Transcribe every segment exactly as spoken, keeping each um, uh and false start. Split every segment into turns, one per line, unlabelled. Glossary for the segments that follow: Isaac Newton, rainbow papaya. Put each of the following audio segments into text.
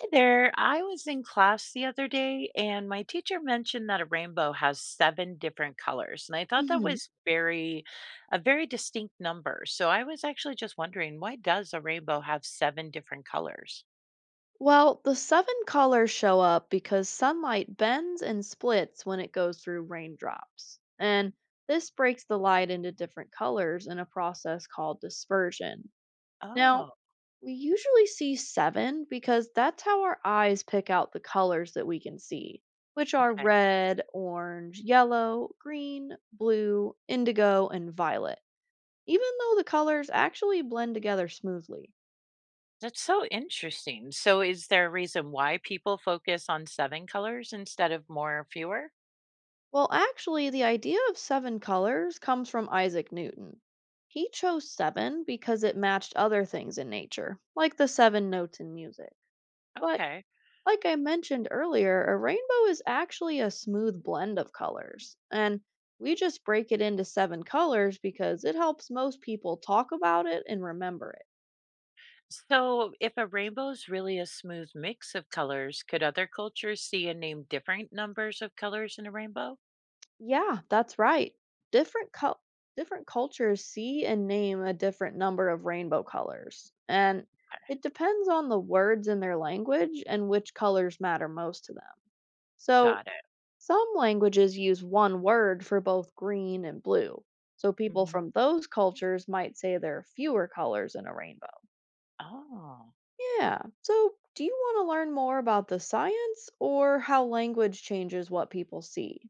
Hi there. I was in class the other day and my teacher mentioned that a rainbow has seven different colors. And I thought that
Mhm.
was very, a very distinct number. So I was actually just wondering, why does a rainbow have seven different colors?
Well, the seven colors show up because sunlight bends and splits when it goes through raindrops. And this breaks the light into different colors in a process called dispersion. Now,
Oh,
we usually see seven because that's how our eyes pick out the colors that we can see, which are
okay.
red, orange, yellow, green, blue, indigo, and violet, even though the colors actually blend together smoothly.
That's so interesting. So is there a reason why people focus on seven colors instead of more or fewer?
Well, actually, the idea of seven colors comes from Isaac Newton. He chose seven because it matched other things in nature, like the seven notes in music. But,
Okay.
like I mentioned earlier, a rainbow is actually a smooth blend of colors. And we just break it into seven colors because it helps most people talk about it and remember it.
So if a rainbow is really a smooth mix of colors, could other cultures see and name different numbers of colors in a rainbow?
Yeah, that's right. Different cul different cultures see and name a different number of rainbow colors, and it depends on the words in their language and which colors matter most to them. So,
Got it.
some languages use one word for both green and blue. So, people
Mhm.
from those cultures might say there are fewer colors in a rainbow.
Oh,
Yeah. So, do you want to learn more about the science or how language changes what people see?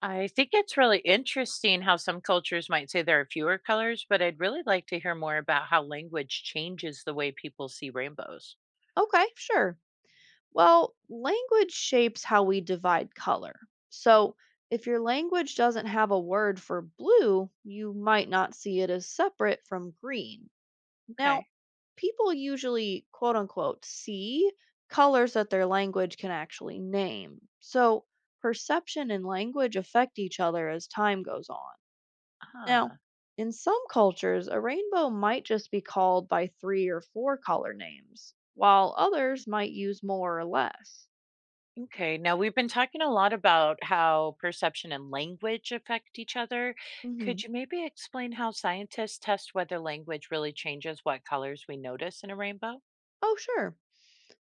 I think it's really interesting how some cultures might say there are fewer colors, but I'd really like to hear more about how language changes the way people see rainbows.
Okay, sure. Well, language shapes how we divide color. So, if your language doesn't have a word for blue, you might not see it as separate from green. Now,
Okay.
people usually, quote unquote, see colors that their language can actually name. So, perception and language affect each other as time goes on. Now,
Ah.
in some cultures, a rainbow might just be called by three or four color names, while others might use more or less.
Okay, now we've been talking a lot about how perception and language affect each other.
hmm
Could you maybe explain how scientists test whether language really changes what colors we notice in a rainbow?
Oh, sure.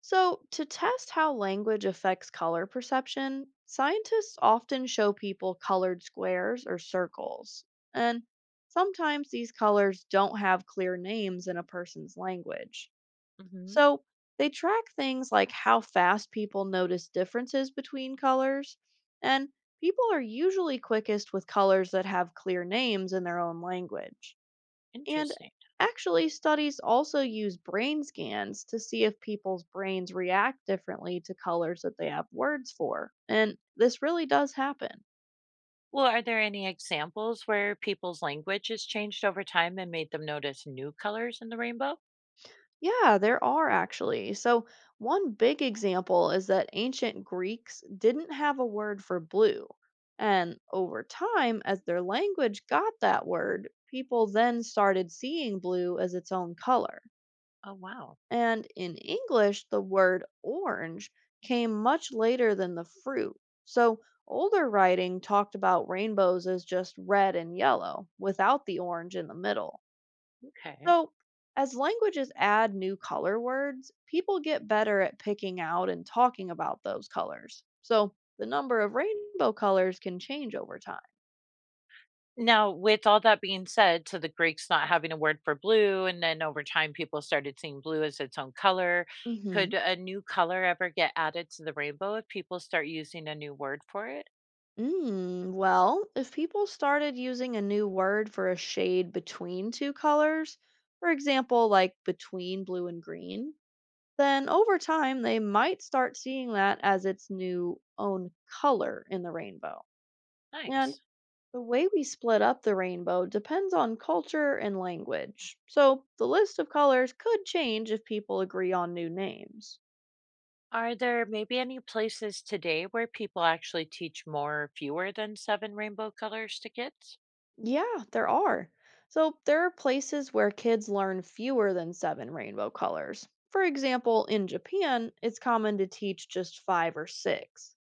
So, to test how language affects color perception, scientists often show people colored squares or circles. And sometimes these colors don't have clear names in a person's language.
Hmm.
So, they track things like how fast people notice differences between colors. And people are usually quickest with colors that have clear names in their own language. And
Interesting.
actually, studies also use brain scans to see if people's brains react differently to colors that they have words for. And this really does happen.
Well, are there any examples where people's language has changed over time and made them notice new colors in the rainbow?
Yeah, there are actually. So, one big example is that ancient Greeks didn't have a word for blue. And over time, as their language got that word, people then started seeing blue as its own color.
Oh, wow.
And in English, the word orange came much later than the fruit. So older writing talked about rainbows as just red and yellow, without the orange in the middle.
Okay.
So as languages add new color words, people get better at picking out and talking about those colors. So the number of rainbow colors can change over time.
Now, with all that being said, so the Greeks not having a word for blue, and then over time people started seeing blue as its own color, could
Mhm.
a new color ever get added to the rainbow if people start using a new word for it?
Mm, well, if people started using a new word for a shade between two colors, for example, like between blue and green, then over time they might start seeing that as its new own color in the rainbow. And
Nice.
the way we split up the rainbow depends on culture and language. So the list of colors could change if people agree on new names.
Are there maybe any places today where people actually teach more or fewer than seven rainbow colors to kids?
Yeah, there are. So there are places where kids learn fewer than seven rainbow colors. For example, in Japan, it's common to teach just five or six.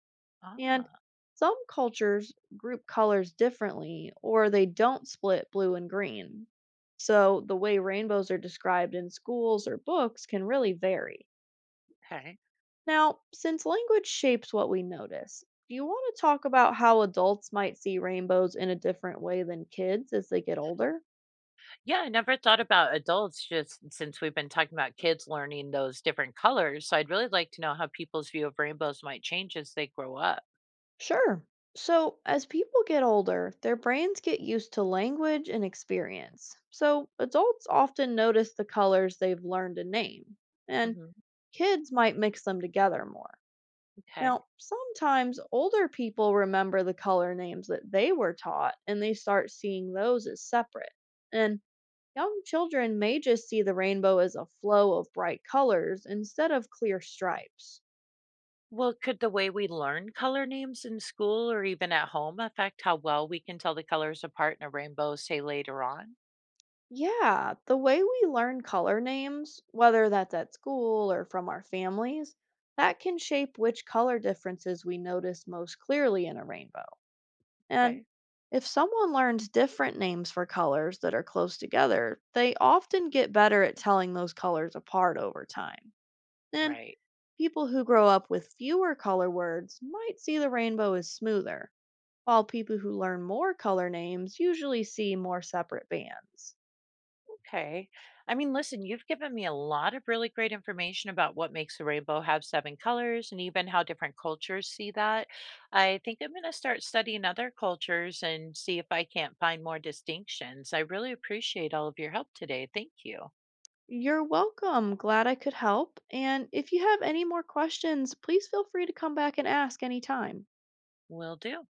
And
Ah,
some cultures group colors differently, or they don't split blue and green. So the way rainbows are described in schools or books can really vary.
okay.
Now, since language shapes what we notice, do you want to talk about how adults might see rainbows in a different way than kids as they get older?
Yeah, I never thought about adults just since we've been talking about kids learning those different colors. So I'd really like to know how people's view of rainbows might change as they grow up.
Sure. So, as people get older, their brains get used to language and experience. So, adults often notice the colors they've learned to name, and
Hmm.
kids might mix them together more.
Okay.
Now, sometimes older people remember the color names that they were taught and they start seeing those as separate. And young children may just see the rainbow as a flow of bright colors instead of clear stripes.
Well, could the way we learn color names in school or even at home affect how well we can tell the colors apart in a rainbow, say later on?
Yeah, the way we learn color names, whether that's at school or from our families, that can shape which color differences we notice most clearly in a rainbow. And
Okay.
if someone learns different names for colors that are close together, they often get better at telling those colors apart over time. And
Right.
people who grow up with fewer color words might see the rainbow as smoother, while people who learn more color names usually see more separate bands.
Okay. I mean, listen, you've given me a lot of really great information about what makes a rainbow have seven colors and even how different cultures see that. I think I'm going to start studying other cultures and see if I can't find more distinctions. I really appreciate all of your help today. Thank you.
You're welcome. Glad I could help. And if you have any more questions, please feel free to come back and ask anytime.
Will do.